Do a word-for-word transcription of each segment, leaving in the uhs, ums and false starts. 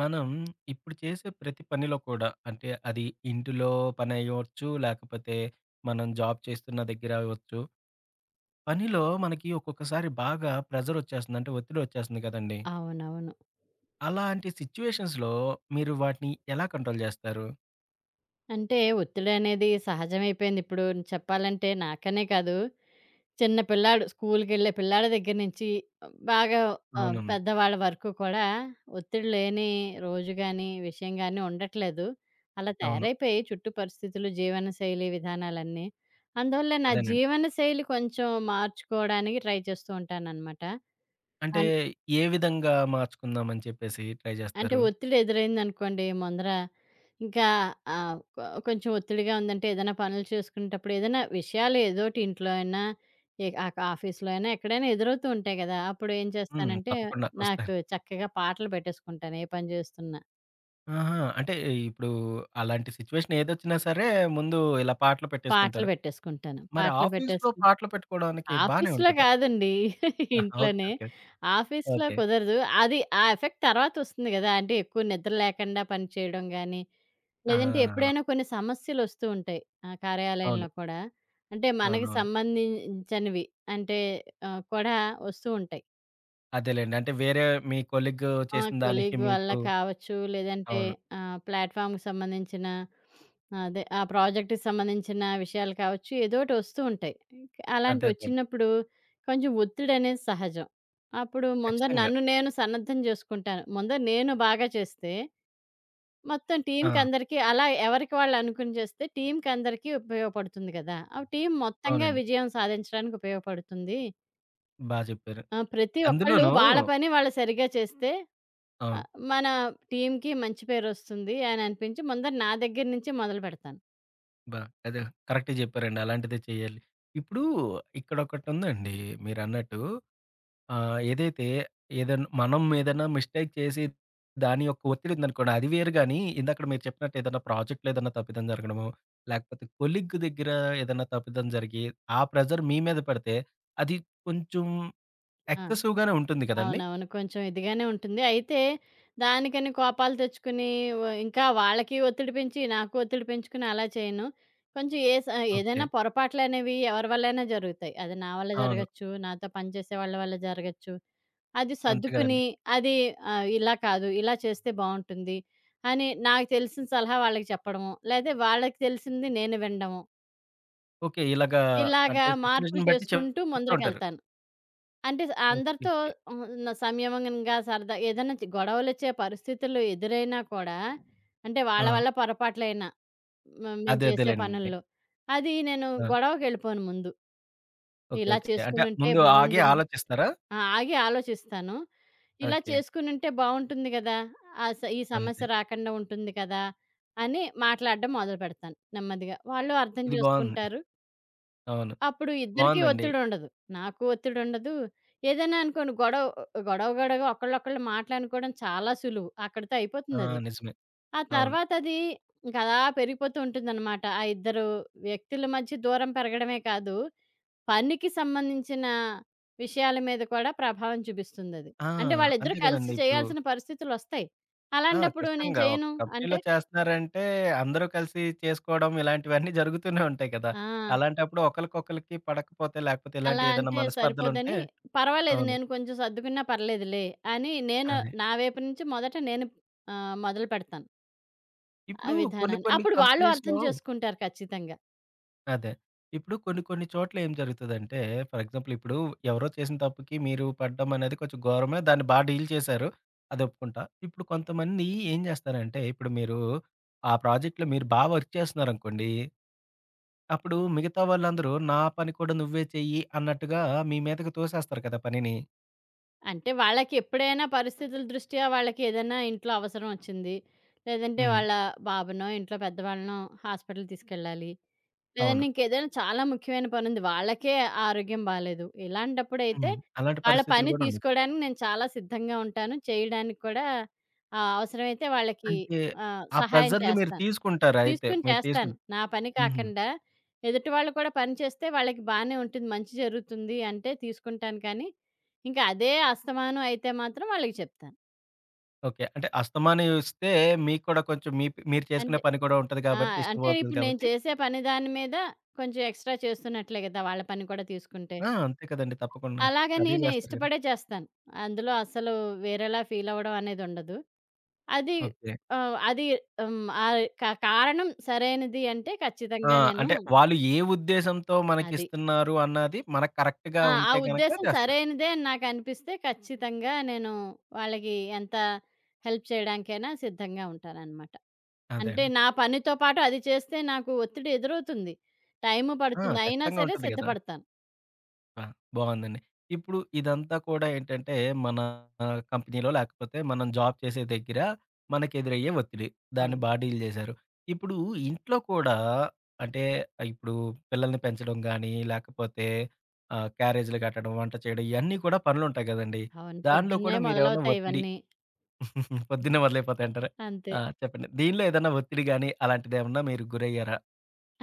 మనం ఇప్పుడు చేసే ప్రతి పనిలో కూడా అంటే అది ఇంటిలో పని అయ్యవచ్చు, లేకపోతే మనం జాబ్ చేస్తున్న దగ్గర అవ్వచ్చు. పనిలో మనకి ఒక్కొక్కసారి బాగా ప్రెషర్ వచ్చేస్తుంది. అంటే ఒత్తిడి వచ్చేస్తుంది కదండీ! అవునవును. అలాంటి సిట్యుయేషన్స్‌లో మీరు వాటిని ఎలా కంట్రోల్ చేస్తారు? అంటే ఒత్తిడనేది సహజమైపోయింది. ఇప్పుడు చెప్పాలంటే నాకనే కాదు, చిన్న పిల్లాడు స్కూలుకెళ్ళే పిల్లాడి దగ్గర నుంచి బాగా ఆహ్, అవునండి. పెద్దవాళ్ళ వరకు కూడా ఒత్తిడి లేని రోజు గాని, విషయం గాని ఉండట్లేదు. అలా అవును. తయారైపోయాయి చుట్టూ పరిస్థితులు, జీవనశైలి విధానాలన్నీ. అందువల్ల నా అదేనండి. జీవనశైలి కొంచెం మార్చుకోవడానికి ట్రై చేస్తూ ఉంటాననమాట. అంటే ఏ విధంగా మార్చుకుందాం అని చెప్పేసి ట్రై అంటే చేస్తారు? ఒత్తిడి ఎదురైందనుకోండి ముందర, ఇంకా ఆహ్, కొ కొంచెం ఒత్తిడిగా ఉందంటే ఏదైనా పనులు చేసుకునేటప్పుడు ఏదైనా విషయాలు ఏదోటి ఇంట్లో అయినా, ఎ ఆక్ ఆఫీస్‌లో అయినా ఎక్కడైనా ఎదురవుతూ ఉంటాయి గదా! అప్పుడు ఏం హ్మ్. చేస్తానంటే, తప్పకుండా వస్తాయి. నాకు చక్కగా పాటలు పెట్టేసుకుంటాను ఏ పని జేస్తున్నా. ఆహా! అంటే ఇప్పుడు అలాంటి సిట్యుయేషన్ ఏదొచ్చినా సరే ముందు ఇలా పాటలు పాటలు పెట్టేసుకుంటారు. పెట్టేసుకుంటాను. మరి పాటలు ఆఫీస్‌లో పెట్టేసుకుని పాటలు పెట్టుకోవడానికి బానే ఆఫీస్‌లో ఉంటదా? కాదండి. ఆహా! ఇంట్లోనే. ఓకే. ఓకే. ఆఫీస్‌లో ఓకే. కుదరదు. అది ఆ ఎఫెక్ట్ తర్వాతొస్తుంది గదా! అంటే ఎక్కువ నిద్ర లేకుండా పని చేయడం గాని లేదంటే ఎప్పుడైనా ఆ! కొన్ని సమస్యలొస్తూ ఉంటాయి ఆ అవును. కార్యాలయంలో కూడా. అంటే మనకి అవునవును. సంబంధించనివి అంటే ఆహ్, కూడా వస్తూ ఉంటాయి. అదేలెండి. అంటే వేరే మీ కొలీగ్ ఆ! చేసిన దానికి కొలీగ్ వల్ల మీకు కావచ్చు, లేదంటే అవును. ఆహ్, ప్లాట్‌ఫామ్‌కి సంబంధించిన అదే ఆ ప్రాజెక్ట్‌కి సంబంధించిన విషయాలు కావచ్చు, ఏదోటి వస్తూ ఉంటాయి. అదే అదేలే. అలాంటివొచ్చినప్పుడు కొంచెం ఒత్తిడనేది సహజం. అప్పుడు ముందర ఖచ్చితంగా. నన్ను నేను సన్నద్ధం జేసుకుంటాను. ముందర నేను బాగా చేస్తే మొత్తం ఆ! టీమ్‌కందరికీ అలా ఎవరికి వాళ్ళు అనుకుని చేస్తే టీమ్‌కందరికీ ఉపయోగపడుతుంది గదా! ఆ టీమ్ మొత్తంగా అవునండి. విజయం సాధించడానికి ఉపయోగపడుతుంది. బా చెప్పారు. ఆహ్, ప్రతి ఒక్కళ్ళు అందులోనూ వాళ్ళ పని వాళ్ళు సరిగ్గా చేస్తే అవును. ఆహ్, మన టీమ్‌కి మంచి పేరొస్తుంది అని అనిపించి ముందర నా దగ్గర నుంచి మొదలుపెడతాను. బా అదే కరెక్టే చెప్పారండి. అలాంటిదే చేయాలి. ఇప్పుడు ఇక్కడొకటుందండి మీరన్నట్టు ఆ! ఏదైతే ఏదన్నా మనం ఏదైనా మిస్టేక్ చేసి దాని యొక్క ఒత్తిడి ఉందనుకోండి. అది వేరు గానీ, ఇందాకడ మీరు చెప్పినట్టు ఏదైనా ప్రాజెక్ట్‌లో ఏదైనా తప్పిదం జరగడమో, లేకపోతే కొలీగ్ దగ్గర ఏదైనా తప్పిదం జరిగి, ఆ ప్రెషర్ మీ మీద పడితే, అది కొంచెం ఆ! ఎక్సెసివ్‌గానే ఉంటుంది కదండీ! అవునవును. కొంచెం ఇదిగానే ఉంటుంది. అయితే దానికని కోపాలు తెచ్చుకుని వ ఇంకా వాళ్ళకి ఒత్తిడి పెంచి, నాకు ఒత్తిడి పెంచుకుని అలా చేయను. కొంచెం ఏ స ఓకే. ఏదైనా పొరపాట్లనేవి ఎవరి వల్లైనా జరుగుతాయి. అది నా వల్ల అవును. జరగచ్చు, నాతో పనిచేసే వాళ్ళ వల్ల జరగచ్చు. అది అంతే కదండీ! సర్దుకుని అది ఆహ్, ఇలా కాదు, ఇలా చేస్తే బావుంటుంది అని నాకు తెలిసిన సలహా వాళ్ళకి చెప్పడము. లేతే వాళ్ళకి తెలిసింది నేను వినడము. ఓకే. ఇలాగా ఇలాగా అంటే మార్పులు సిట్యుయేషన్ బట్టి చేసుకుంటూ చెప్తూ ఉంటారు. ముందరకెళ్తాను. అంటే స్ ఓకే. అందరితో ఓకే. హ్మ్, న సంయమనంగా సరదా ఏదైనా చి గొడవలొచ్చే పరిస్థితులు ఎదురైనా కూడా, అంటే వాళ్ళ ఆ! వల్ల పొరపాట్లైనా హ్మ్, మేము అదే చేసే అదేలెండి. పనుల్లో, అది నేను ఆ! గొడవకెళ్ళిపోను ముందు. ఓకే. ఇలా ఓకే. అంటే చేసుకునుంటే ముందు ఆగి బావుండుండే ఆలోచిస్తారా? ఆ! ఆగి ఆలోచిస్తాను. ఇలా ఓకే. చేసుకునుంటే బావుంటుంది గదా! ఆ స ఈ అంతే. సమస్య రాకుండా ఉంటుంది కదా! అని మాట్లాడడం మొదలుపెడతాను నెమ్మదిగా. వాళ్ళు అర్థం ఇది బావుంది. చేసుకుంటారు. అవును. అప్పుడు ఇద్దరికీ బావుందండి. ఒత్తిడుండదు. నాకు ఒత్తిడుండదు. ఏదైనా అనుకోండి గొడవ గొడవ గొడవగా ఒకళ్ళొకళ్ళు మాటలనుకోవడం చాలా సులువు. అక్కడితో ఆ! అయిపోతుందది. నిజమే. ఆ అవును. తర్వాతది ఇంక అలా పెరిగిపోతూ ఉంటుందనమాట. ఆ ఇద్దరు వ్యక్తుల మధ్య దూరం పెరగడమే కాదు, పనికి సంబంధించిన విషయాల మీద కూడా ప్రభావం చూపిస్తుందది. ఆ! అంటే వాళ్ళిద్దరూ అంతే కలిసి గదండీ! ఇప్పుడు చేయాల్సిన పరిస్థితులొస్తాయి. ఆ! అలాంటప్పుడు నేను ఖచ్చితంగా ఒక చేయను అంటే కంపెనీలో చేస్తున్నారంటే, అందరూ కలిసి చేసుకోవడం ఇలాంటివన్నీ జరుగుతూనే ఉంటాయి కదా! ఆ! అలాంటప్పుడు ఒకళ్ళకొకళ్ళకి పడకపోతే, లేకపోతే ఇలాంటి అలా ఏదైనా అంటే మనస్పర్ధలుంటే సరిపోదని, పర్వాలేదు అవును. నేను కొంచెం సర్దుకున్నా పర్లేదులే అని నేను అదే. నా వైపు నుంచి మొదట నేను ఆహ్, మొదలుపెడతాను ఆ ఇప్పుడు కొన్ని విధానాన్ని. కొన్ని అప్పుడు వాళ్ళు కంపెనీస్‌లో అర్థం చేసుకుంటారు ఖచ్చితంగా. అదే. ఇప్పుడు కొన్ని కొన్ని చోట్ల ఏం జరుగుతదంటే, ఫర్ ఎగ్జాంపుల్ ఇప్పుడు ఎవరో చేసిన తప్పుకి మీరు పడ్డం అనేది కొంచెం ఘోరమే. దాన్ని బా డీల్ చేశారు. అది ఒప్పుకుంటా. ఇప్పుడు కొంతమంది ఏం చేస్తారంటే, ఇప్పుడు మీరు ఆ ప్రాజెక్ట్‌లో మీరు బా వర్క్ చేస్తున్నారనుకోండి. అప్పుడు మిగతా వాళ్ళందరూ నా పని కూడా నువ్వే చెయ్యి అన్నట్టుగా మీ మీదకి తోసేస్తారు కదా పనిని. అంటే వాళ్ళకి ఎప్పుడైనా పరిస్థితుల దృష్ట్యా వాళ్ళకి ఏదైనా ఇంట్లో అవసరం వచ్చింది. లేదంటే హ్మ్. వాళ్ళ బాబునో, ఇంట్లో పెద్దవాళ్ళనో హాస్పిటల్‌కి తీసుకెళ్ళాలి. లేదంటే అవును. ఇంకేదైనా చాలా ముఖ్యమైన పనుంది. వాళ్ళకే ఆరోగ్యం బాలేదు. ఇలాంటప్పుడైతే హ్మ్. అలాంటి వాళ్ళ పరిస్థితులు పని గూడా ఉండవు. తీసుకోడానికి నేను చాలా సిద్ధంగా ఉంటాను. చేయడానికి కూడా ఆహ్, అవసరమైతే వాళ్ళకి అంటే ఆహ్, ఆ సహాయం ప్రెషర్‌ని మీరు చేస్తాను. తీసుకుంటారు అయితే. తీసుకొని మీరు తీసుకుం చేస్తాను. నా పని హుహు. కాకుండా ఎదుటి వాళ్ళు కూడా పని చేస్తే వాళ్ళకి బానే ఉంటుంది. మంచి జరుగుతుంది అంటే తీసుకుంటాను కానీ, ఇంకా అదే అస్తమానం అయితే మాత్రం వాళ్ళకి చెప్తాను. ఓకే. అంటే అస్తమానమిస్తే మీకు కూడా కొంచెం మీ ప్ మీరు చేసుకునే అంటే పని కూడా ఉంటది ఆ! కాబట్టి డిస్టర్బ్ అంటే అవుతది ఇప్పుడు నేను కాబట్టి చేసే పని దాని మీద కొంచెం ఎక్స్‌ట్రా చేస్తున్నట్లే కదా! వాళ్ళ పని కూడా తీసుకుంటే. ఆ! అంతే కదండీ తప్పకుండా. అలాగని అదే నేను జేస్తారు గదా! ఇష్టపడే చేస్తాను. అందులో అసలు వేరేలా ఫీల్ అవ్వడం అనేదుండదు. అది ఓకే. ఆహ్, అది హ్మ్. ఆహ్, క కారణం సరైనది అంటే ఆ! ఖచ్చితంగా నేను అంటే వాళ్ళు ఏ ఉద్దేశంతో అది. మనకిస్తున్నారు అన్నది మనకు కరెక్ట్‌గా ఆ! ఆ ఉంటే గనక ఉద్దేశ్యం చేస్తారు. సరైనదే అని నాకనిపిస్తే ఖచ్చితంగా నేను వాళ్ళకి ఎంత హెల్ప్ చేయడానికైనా సిద్ధంగా ఉంటాననమాట. అదే అంటే అండి. నా పనితో పాటు అది చేస్తే నాకు ఒత్తిడి ఎదురవుతుంది. టైము ఆ! పడుతుంది. అయినా ఖచ్చితంగా సరే ఉంటది గదా! సిద్ధపడతాను. ఆ! బావుందండి. ఇప్పుడు ఇదంతా కూడా ఏంటంటే, మన ఆ, కంపెనీలో లేకపోతే మనం జాబ్ చేసే దగ్గర మనకెదురయ్యే ఒత్తిడి. దాన్ని అవును. బా డీల్ చేశారు. ఇప్పుడు ఇంట్లో కూడా అంటే ఇప్పుడు పిల్లల్ని పెంచడం గానీ, లేకపోతే ఆహ్, క్యారేజీలు కట్టడం, వంట చేయడం ఇయన్నీ కూడా పనులుంటాయి గదండీ. అవును. దానిలో పొద్దున్నే కూడా మీరేమన్నా మొదలవుతాయి ఒత్తిడి ఇవన్నీ. పొద్దున్నే మొదలైపోతాయంటారా? అంతే. ఆ! చెప్పండి. దీనిలో ఏదన్నా ఒత్తిడి గాని అలాంటిదేమన్నా మీరు గురయ్యారా?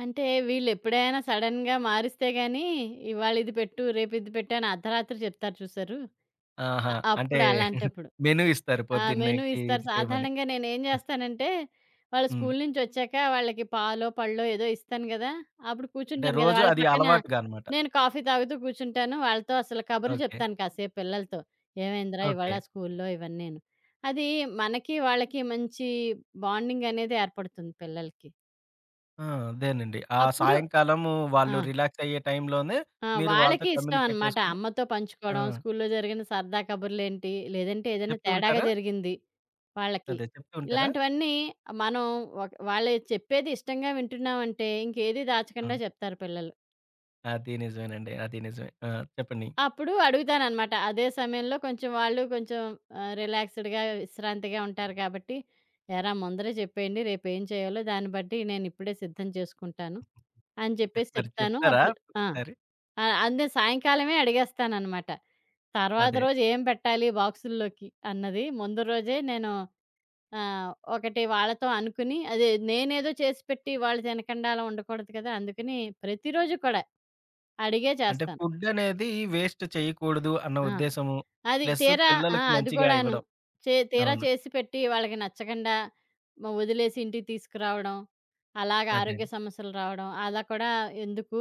అంటే వీళ్ళెప్పుడైనా సడెన్‌గా మారిస్తే గాని, ఇవాళ ఇది పెట్టు, రేపు ఇది పెట్టు అని అర్ధరాత్రి చెప్తారు చూసారు. ఆహా! అ అంటే అప్పుడు అలాంటప్పుడు. మెను ఇస్తారు ఆ! మెనూ పొద్దున్నకి ఇస్తారు. ఇది చేయమని. సాధారణంగా నేనేం చేస్తానంటే, వాళ్ళు హ్మ్. స్కూలు నుంచొచ్చాక వాళ్ళకి పాలో, పళ్ళో ఏదో ఇస్తాను గదా! అప్పుడు అంటే కూర్చుంటాను గదా! రోజు వాళ్ళ అది పక్కన అలవాటుగా అనమాట. నేను కాఫీ తాగుతూ కూర్చుంటాను. వాళ్ళతో అసలు కబుర్లు ఓకే. చెప్తాను కాసేపు పిల్లలతో. ఏమైందిరా ఇవాళ ఓకే. స్కూల్లో ఇవన్నీను. అది మనకి వాళ్ళకి మంచి బాండింగ్ అనేది ఏర్పడుతుంది పిల్లలకి. ఆ! అదేనండి. ఆ అప్పుడు సాయంకాలము ఆ! వాళ్ళు రిలాక్స్ అయ్యే టైంలోనే ఆ! మీరు వాళ్ళతో వాళ్ళకి ఇష్టం కమ్యూనికేట్ అనమాట. చేసుకొని అమ్మతో ఆ! పంచుకోవడం, స్కూల్లో జరిగిన సరదా కబుర్లేంటి, లేదంటే ఏదైనా చెప్తూ తేడాగా ఉంటారా? జరిగింది వాళ్ళకి. అదే చెప్తూ ఉంటారా? ఇలాంటివన్నీ మనం ఒక వాళ్ళు చెప్పేది ఇష్టంగా వింటున్నామంటే ఇంకేది ఆ! దాచకుండా చెప్తారు పిల్లలు. అది నిజమేనండి. అది నిజమే. ఆ! చెప్పండి. అప్పుడు అడుగుతాననమాట. అదే సమయంలో కొంచెం వాళ్ళు కొంచెం ఆహ్, రిలాక్స్‌డ్‌గా, విశ్రాంతిగా ఉంటారు కాబట్టి, "ఏరా ముందరే చెప్పేయండి రేపేం చేయాలో దాన్ని బట్టి నేనిప్పుడే సిద్ధం చేసుకుంటాను" అని చెప్పేసి మరి చెప్తాను. చెప్తారా అప్పుడు ఆ! ఒకసారి? ఆ! అందే సాయంకాలమే అడిగేస్తాననమాట. తర్వాత అదే. రోజు ఏం పెట్టాలి బాక్సుల్లోకి అన్నది ముందు రోజే నేను ఆహ్, ఒకటి వాళ్ళతో అనుకుని అదే నేనేదో చేసి పెట్టి వాళ్ళు తినకండా అలా ఉండకూడదు కదా! అందుకని ప్రతిరోజు కూడా అడిగే అంటే చేస్తాను. ఫుడ్ అనేది వేస్ట్ చేయకూడదు అన్న ఆ! ఉద్దేశము. అది ప్లస్ తీరా ఆ! పిల్లలకి అది మంచిగా కూడాను. ఇవ్వడం. చే తీరా అవును. చేసి పెట్టి వాళ్ళకి నచ్చకండా మ వదిలేసి ఇంటికి తీసుకురావడం. అలాగ అదే. ఆరోగ్య సమస్యలు రావడం. అలా కూడా ఎందుకు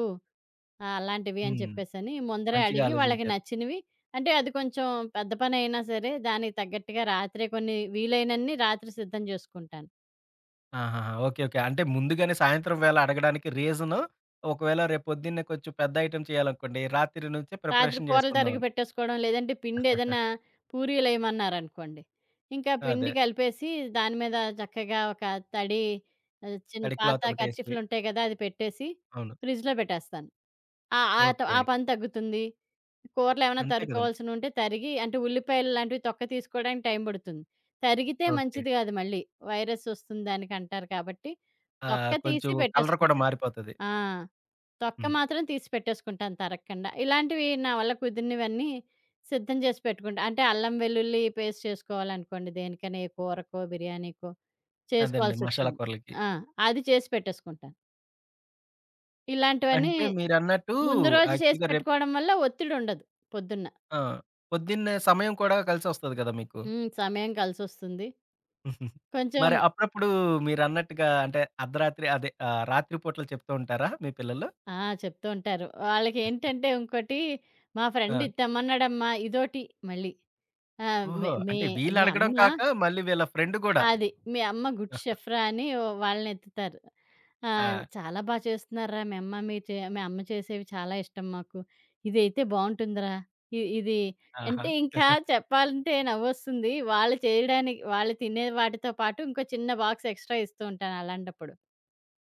ఆ! అలాంటివి అని హ్మ్. చెప్పేసని ముందరే మంచిగా అడిగి వాళ్ళకి ఆలోచించారు. నచ్చినవి అంటే అది కొంచెం పెద్ద పనైనా సరే దానికి తగ్గట్టుగా రాత్రే కొన్ని వీలైనన్ని రాత్రి సిద్ధం చేసుకుంటాను. ఆహాహా! ఓకే. ఓకే. అంటే ముందుగానే సాయంత్రం వేళ అడగడానికి రీజను, ఒకవేళ రేపొద్దున్నే కొంచెం పెద్ద ఐటెమ్ చేయాలనుకోండి, రాత్రి నుంచే రాత్రి ప్రిపరేషన్ కూరలు తరిగి జేసుకుందామని. పెట్టేసుకోవడం లేదంటే పిండేదైనా పూరీలేయమన్నారనుకోండి. ఇంకా అదే. పిండి కలిపేసి దాని మీద చక్కగా ఒక తడి ఆహ్, చిన్న తడి పాత క్లాత్ ఒకటేసి. కర్చీఫ్‌లుంటాయి కదా! అది పెట్టేసి అవును. ఫ్రిడ్జ్‌లో పెట్టేస్తాను. ఆ! ఆ! త ఓకే. ఆ పని తగ్గుతుంది. కూరలేమన్నా అంతే గదండీ. తరుక్కోవాల్సినుంటే తరిగి అంటే ఉల్లిపాయలు లాంటివి తొక్క తీసుకోవడానికి టైం పడుతుంది. తరిగితే ఓకే. మంచిది కాదు మళ్ళీ. వైరస్ వస్తుంది దానికంటారు కాబట్టి, ఆ! తొక్క కొంచెం తీసి కలర్ కూడా పెట్టేసుకుంటాను. మారిపోతది. ఆ! తొక్క హ్మ్. మాత్రం తీసి పెట్టేసుకుంటాను తరక్కండా. ఇలాంటివి నా వల్ల కుదిరినవన్నీ సిద్ధం చేసి పెట్టుకుంటా. అంటే అల్లం, వెల్లుల్లి పేస్ట్ చేసుకోవాలనుకోండి దేనికైనా ఏ కూరకో, బిర్యానీకో అదండి మసాలా చేసుకోవాల్సొచ్చింది. కూరలకి. ఆ! అది చేసి పెట్టేసుకుంటాను. ఇలాంటివన్నీ అంటే మీరన్నట్టు ముందు రోజు చేసి యాక్చువల్‌గా రేపు పెట్టుకోవడం వల్ల ఒత్తిడుండదు పొద్దున్న. ఆ! పొద్దున్నే సమయం కూడా కలిసొస్తది గదా మీకు. హ్మ్. సమయం కలిసొస్తుంది. కొంచెం మరి అప్పుడప్పుడు మీరన్నట్టుగా అంటే అర్ధరాత్రి అదే ఆహ్, రాత్రి పూటలు చెప్తూ ఉంటారా మీ పిల్లలు? ఆ! చెప్తూ ఉంటారు. వాళ్ళకేంటంటే ఇంకోటి మా ఫ్రెండ్ ఆ! ఇది తెమ్మన్నాడమ్మా ఇదోటి మళ్ళీ. ఆహ్, మీ ఓహో! మీ అంటే మీ వీళ్ళడగడం అమ్మ కాక, మళ్ళీ వీళ్ళ ఫ్రెండ్ గూడా. అది. మీ అమ్మ గుడ్ షెఫ్‌రా అని వాళ్ళనెత్తుతారు. ఆ! ఆ! చాలా బా చేస్తున్నారురా మీ అమ్మ. మీ చే మీ అమ్మ చేసేవి చాలా ఇష్టం మాకు. ఇదైతే బావుంటుందిరా. ఇ ఇది ఆహా! అంటే ఇంకా చెప్పాలంటే నవ్వొస్తుంది. వాళ్ళు చేయడానికి వాళ్ళు తినే వాటితో పాటు ఇంకో చిన్న బాక్స్ ఎక్స్‌ట్రా ఇస్తూ ఉంటాను అలాంటప్పుడు.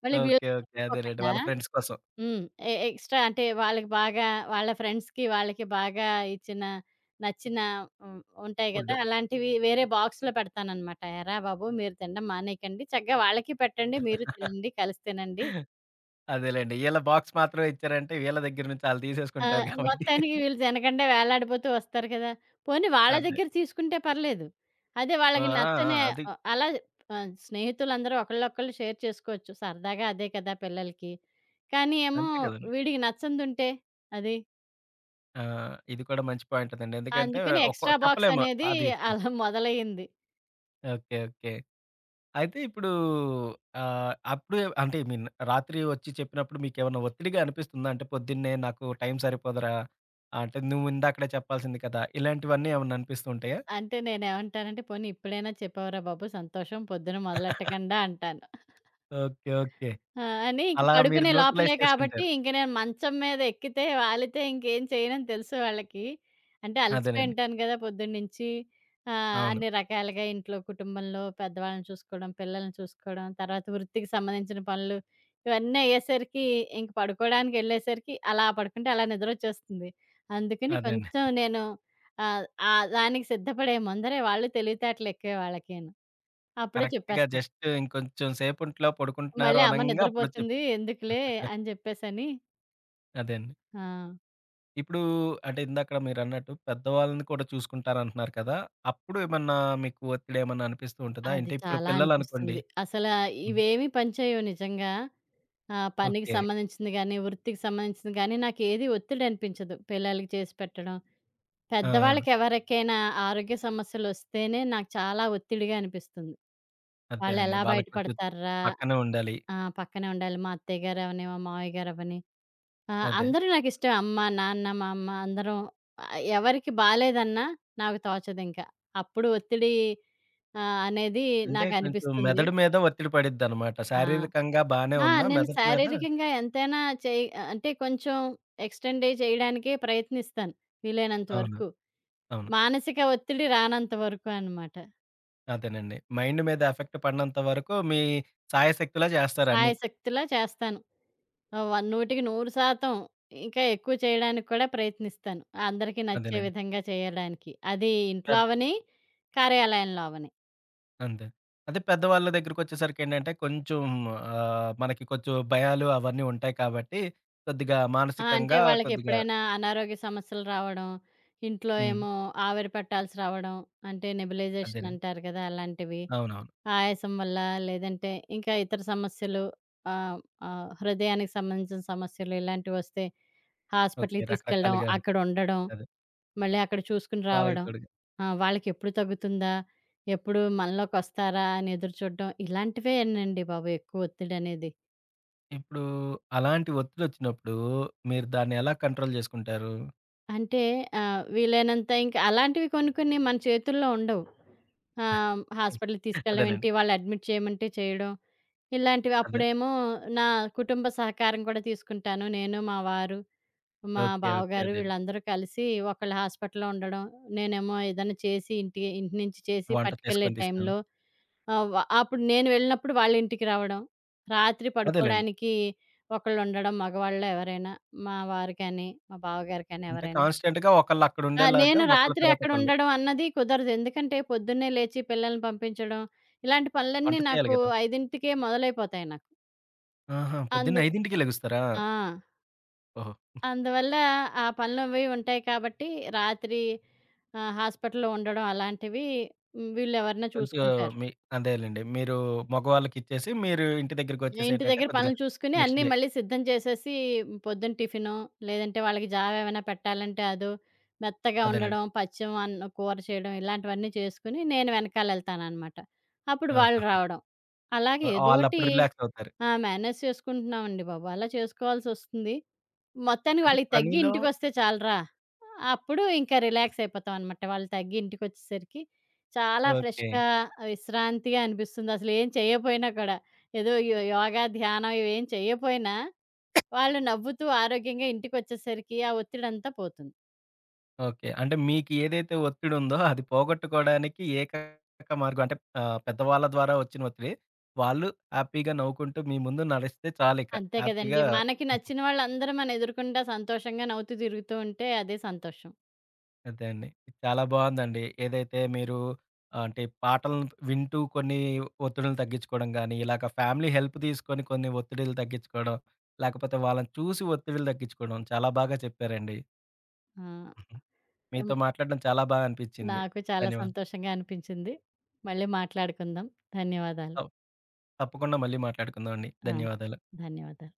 మళ్ళీ ఓకే. వీళ్ళకి ఓకే. అదేలెండి. తగ్గిపోకుండా వాళ్ళ ఫ్రెండ్స్ కోసం హ్మ్. ఎ ఎక్స్‌ట్రా అంటే వాళ్ళకి బాగా వాళ్ళ ఫ్రెండ్స్‌కి వాళ్ళకి బాగా ఇచ్చిన, నచ్చిన హ్మ్. ఉంటాయి ఫుడ్. గదా! అలాంటివి వేరే బాక్స్‌లో పెడతాననమాట. "ఏరా బాబు మీరు తినడం మానేయకండి. చక్కగా వాళ్ళకి పెట్టండి. మీరు తినండి. కలిసి తినండి." అదేలెండి. ఈళ్ళ బాక్స్ మాత్రమే ఇచ్చారంటే, వీళ్ళ దగ్గర నుంచి ఆళ్ళు ఆ! తీసేసుకుంటారు కాబట్టి. మొత్తానికి వీళ్ళు తినకుండా వేలాడిపోతూ వస్తారు కదా! పోనీ వాళ్ళ అదే. దగ్గర తీసుకుంటే పర్లేదు. అదే ఆ! వాళ్ళకి ఆ! ఆ! నచ్చని అది. ఆహ్, అలా ఆహ్, స్నేహితులందరూ ఒకళ్ళొకళ్ళు షేర్ చేసుకోవచ్చు. సరదాగా అదే కదా పిల్లలకి. కానీ ఏమో అంతే కదండీ. వీడికి నచ్చనిదుంటే అది. ఆ! ఇది కూడా మంచి పాయింటేనండి. ఎందుకంటే, అందుకని ఒక్కో ఎక్స్‌ట్రా బాక్స్ చెప్పలేము. అనేది అది. అలా మొదలయింది. ఓకే. ఓకే. అయితే ఇప్పుడు ఆహ్, అప్పుడు ఏ- అంటే ఐ మీన్ రాత్రి వచ్చి చెప్పినప్పుడు మీకేమన్నా ఒత్తిడిగా అనిపిస్తుందా? అంటే పొద్దున్నే నాకు టైం సరిపోదురా! అంటే నువ్వు ఇందాకడే చెప్పాల్సింది కదా! ఇలాంటివన్నీ ఏమన్నా అనిపిస్తూ ఉంటాయా? అంటే నేనేమంటానంటే, "పోనీ ఇప్పుడైనా చెప్పావురా బాబు సంతోషం పొద్దున మొదలెట్టకండా" అంటాను. ఓకే. ఓకే. ఆ! అని ఇంక అలా మీరు పడుకునే లోపలే న్యూట్రలైజ్ కాబట్టి, చేసుకుంటారు. ఇంక నేను మంచం మీద ఎక్కితే, వాలితే ఇంకేం చేయనని తెలుసు వాళ్ళకి. అంటే అలసిపోయి అదేనండి. ఉంటాను కదా! పొద్దున్నుంచి. ఆహ్, అవును. అన్ని రకాలుగా ఇంట్లో, కుటుంబంలో పెద్దవాళ్ళని చూసుకోవడం, పిల్లల్ని చూసుకోవడం, తర్వాత వృత్తికి సంబంధించిన పనులు, ఇవన్నీ అయ్యేసరికి ఇంక పడుకోవడానికెళ్ళేసరికి అలా పడుకుంటే అలా నిద్రొచ్చేస్తుంది. అందుకని అదేండి. కొంచెం నేను ఆహ్, ఆ దానికి సిద్ధపడే ముందరే వాళ్ళు తెలివితేటలు ఎక్కువే వాళ్ళకీను. అప్పుడే కరెక్ట్‌గా చెప్పేస్తారు. జస్ట్ ఇంకొంచెం సేపట్లో పడుకుంటున్నారు మళ్ళీ అమ్మ అనంగా అప్పుడొచ్చి నిద్రపోతుంది చెప్తు ఎందుకులే అని చెప్పేసని. అదేండి. ఆ! ఇప్పుడు అంటే ఇందాకడ మీరన్నట్టు పెద్దవాళ్ళని కూడా చూసుకుంటారంటున్నారు కదా! అప్పుడు ఏమన్నా మీకు ఒత్తిడి ఏమన్నా అనిపిస్తూ ఉంటదా? అంటే అది ఇప్పుడు చాలా పిల్లలనుకోండి అనిపిస్తుంది. అసల హ్మ్. ఇవేమి పనిచేయవు నిజంగా. ఆహ్, పనికి ఓకే. సంబంధించింది గానీ, వృత్తికి సంబంధించింది గానీ, నాకేది ఒత్తిడి అనిపించదు. పిల్లలకి చేసి పెట్టడం. ఆ! ఆ! పెద్దవాళ్ళకి ఎవరికైనా ఆరోగ్య సమస్యలొస్తేనే నాకు చాలా ఒత్తిడిగా అనిపిస్తుంది. అదేనండి. వాళ్ళెలా బయట వాళ్ళకి కొంచెం పడతార్రా? పక్కనే ఉండాలి. ఆ! పక్కనే ఉండాలి. మా అత్తయ్య గారవని, మా మావయ్య గారవని. ఆ! అదే. అందరూ నాకిష్టమే. అమ్మ, నాన్న, మా అమ్మ అందరం ఆహ్, ఎవరికి బాలేదన్నా నాకు తోచదింక. అప్పుడు ఒత్తిడి ఆహ్, అనేది అంటే కొంచెం నాకనిపిస్తుంది. మెదడు మీద ఒత్తిడి పడిద్దనమాట. ఆ! శారీరకంగా బానే ఆ! ఉన్నా నేను మెదడు మీద శారీరకంగా ఎంతైనా చేయి అంటే కొంచెం ఎక్స్‌టెండ్ చేయడానికే ప్రయత్నిస్తాను వీలైనంత అవును. వరకు. అవును. మానసిక ఒత్తిడి రానంత వరకు అనమాట. అదేనండి. మైండ్ మీద ఎఫెక్ట్ పడనంత వరకు మీ సాయశక్తులా చేస్తారు అన్నీ. సాయశక్తులా చేస్తాను. ఆహ్, వ వందకి వంద శాతం ఇంకా ఎక్కువ చేయడానికి కూడా ప్రయత్నిస్తాను. అందరికీ నచ్చే అదేనండి. విధంగా చేయడానికి. అది ఇంట్లో పెద్ అవని, కార్యాలయంలో అవని. అంతే. అదే పెద్దవాళ్ళ దగ్గరికొచ్చేసరికేంటంటే కొంచెం ఆహ్, మనకి కొంచెం భయాలు అవన్నీ ఉంటాయి కాబట్టి కొద్దిగా ఆ! అంటే మానసికంగా కొద్దిగా వాళ్ళకెప్పుడైనా అనారోగ్య సమస్యలు రావడం, ఇంట్లో హ్మ్. ఏమో ఆవిరి పట్టాల్సి రావడం, అంటే నెబులైజేషన్ అదేనండి. అంటారు కదా! అలాంటివి. అవునవును. ఆయాసం వల్ల లేదంటే ఇంకా ఇతర సమస్యలు ఆహ్, ఆహ్, హృదయానికి సంబంధించిన సమస్యలు ఇలాంటివొస్తే ఓకే. హాస్పిటల్‌కి తీసుకెళ్ళడం, రకరకాలుగా ఉంటాయి. అక్కడుండడం. అదే. మళ్ళీ అక్కడ చూసుకుని వాళ్ళకి రావడం. తోడుగా ఆ! వాళ్ళకెప్పుడు తగ్గుతుందా? ఎప్పుడు మనలోకొస్తారా అని ఎదురు చూడడం. ఇలాంటివేనండి బాబు ఎక్కువ ఒత్తిడనేది. ఇప్పుడు అలాంటి ఒత్తిడొచ్చినప్పుడు మీరు దాన్ని ఎలా కంట్రోల్ జేసుకుంటారు? అంటే ఆహ్, వీలైనంత ఇంక అలాంటివి కొన్ని కొన్ని మన చేతుల్లో ఉండవు. ఆహ్, హాస్పిటల్‌కి తీసుకెళ్ళడం అదేనండి. ఏంటి, వాళ్ళు అడ్మిట్ చేయమంటే చేయడం. ఇలాంటివి అదే. అప్పుడేమో నా కుటుంబ సహకారం కూడా తీసుకుంటాను. నేను, మా వారు, మా ఓకే. ఓకే. బావగారు అదేండి. వీళ్ళందరూ కలిసి ఒకళ్ళు హాస్పిటల్‌లో ఉండడం. నేనేమో ఏదైనా చేసి ఇంటి ఇంటి నుంచి చేసి వంట పట్టుకెళ్ళే చేసుకొని తీసుకెళ్ళడం. టైంలో ఆ! వ అప్పుడు నేను వెళ్ళినప్పుడు వాళ్ళ ఇంటికి రావడం. రాత్రి అదేలెండి. పడుకోడానికి ఒకళ్ళుండడం మగవాళ్ళో ఎవరైనా. మా వారు కానీ, మా బావగారు కానీ అంటే ఎవరైనా. కాన్స్టెంట్‌గా ఆ! ఒకళ్ళక్కడుండేలాగా నేను ఒకళ్ళ రాత్రి తర్వాత ఒకళ్ళు. అక్కడుండడం అన్నది కుదరదు. ఎందుకంటే పొద్దున్నే లేచి పిల్లల్ని పంపించడం, ఇలాంటి వంట పనులన్నీ చేయాలి నాకు గదా! ఐదుకే మొదలైపోతాయి నాకు. ఆహా! పొద్దున్న అందు ఐదుకి లెగుస్తారా? ఆ! ఓహో! అందువల్ల ఆ పనులవి ఉంటాయి కాబట్టి రాత్రి ఆహ్, హాస్పిటల్‌లో ఉండడం అలాంటివి హ్మ్. వీళ్ళెవరన్నా కొంచెం చూసుకుంటారు. మీ అదేలెండి. మీరు మగవాళ్ళకిచ్చేసి మీరు ఇంటి ఇంటి దగ్గరికొచ్చేసేంటంటే దగ్గర కొద్దిగా పనులు చూసుకొని నెక్స్ట్ అన్నీ డే మళ్ళీ సిద్ధం చేసేసి పొద్దున్న టిఫిను, లేదంటే వాళ్ళకి జావ ఏమైనా పెట్టాలంటే అదో, మెత్తగా అదేనండి. ఉండడం, పచ్చెం అన్నం కూర చేయడం ఇలాంటివన్నీ చేసుకొని నేను వెనకాల ఎళ్తాననమాట. అప్పుడు వాళ్ళు ఆహాహా! రావడం. అలాగే ఏదోటి ఆళ్ళప్పుడు రిలాక్సవుతారు. ఆ! మేనేజ్ చేసుకుంటున్నామండి బాబు. అలా చేసుకోవాల్సొస్తుంది. మొత్తానికి అంటే వాళ్ళకి తగ్గి పనిలో ఇంటికొస్తే చాలురా. అప్పుడు ఇంకా రిలాక్స్ అయిపోతామనమాట. వాళ్ళు తగ్గి ఇంటికొచ్చేసరికి చాలా ఓకే. ఫ్రెష్‌గా, విశ్రాంతిగా అనిపిస్తుంది. అసలేం చేయపోయినా కూడా. ఏదో యో యోగా, ధ్యానం ఇవేం చేయపోయినా వాళ్ళు నవ్వుతూ ఆరోగ్యంగా ఇంటికొచ్చేసరికి ఆ ఒత్తిడంతా పోతుంది. ఓకే. అంటే మీకు ఏదైతే ఒత్తిడుందో అది పోగొట్టుకోవడానికి ఏకైక మార్గం అంటే ఆహ్, పెద్దవాళ్ళ ద్వారా వచ్చిన ఒత్తిడి. వాళ్ళు హ్యాపీగా నవ్వుకుంటూ మీ ముందు నడిస్తే చాలిక. అంతే కదండీ. హ్యాపీగా మనకి నచ్చిన వాళ్ళందరూ మనం ఎదురుగుండా సంతోషంగా నవ్వుతూ తిరుగుతూ ఉంటే అదే సంతోషం. అదే అండి. ఇది చాలా బావుందండి. ఏదైతే మీరు ఆ, అంటే పాటలను వింటూ కొన్ని ఒత్తిడులను తగ్గించుకోవడం గాని, ఇలాగ ఫ్యామిలీ హెల్ప్ తీసుకొని కొన్ని ఒత్తిడిలు తగ్గించుకోవడం, లేకపోతే వాళ్ళని చూసి ఒత్తిడిలు తగ్గించుకోవడం చాలా బాగా చెప్పారండి. ఆ! ఎం మీతో మాట్లాడడం చాలా బాగా అనిపించింది. నాకు చాలా ధన్యవాదాలు. సంతోషంగా అనిపించింది. మళ్ళీ మాట్లాడుకుందాం. ధన్యవాదాలు. తప్ తప్పకుండా మళ్ళీ మాట్లాడుకుందాం అండి. ఆ! ధన్యవాదాలు. ధన్యవాదాలు.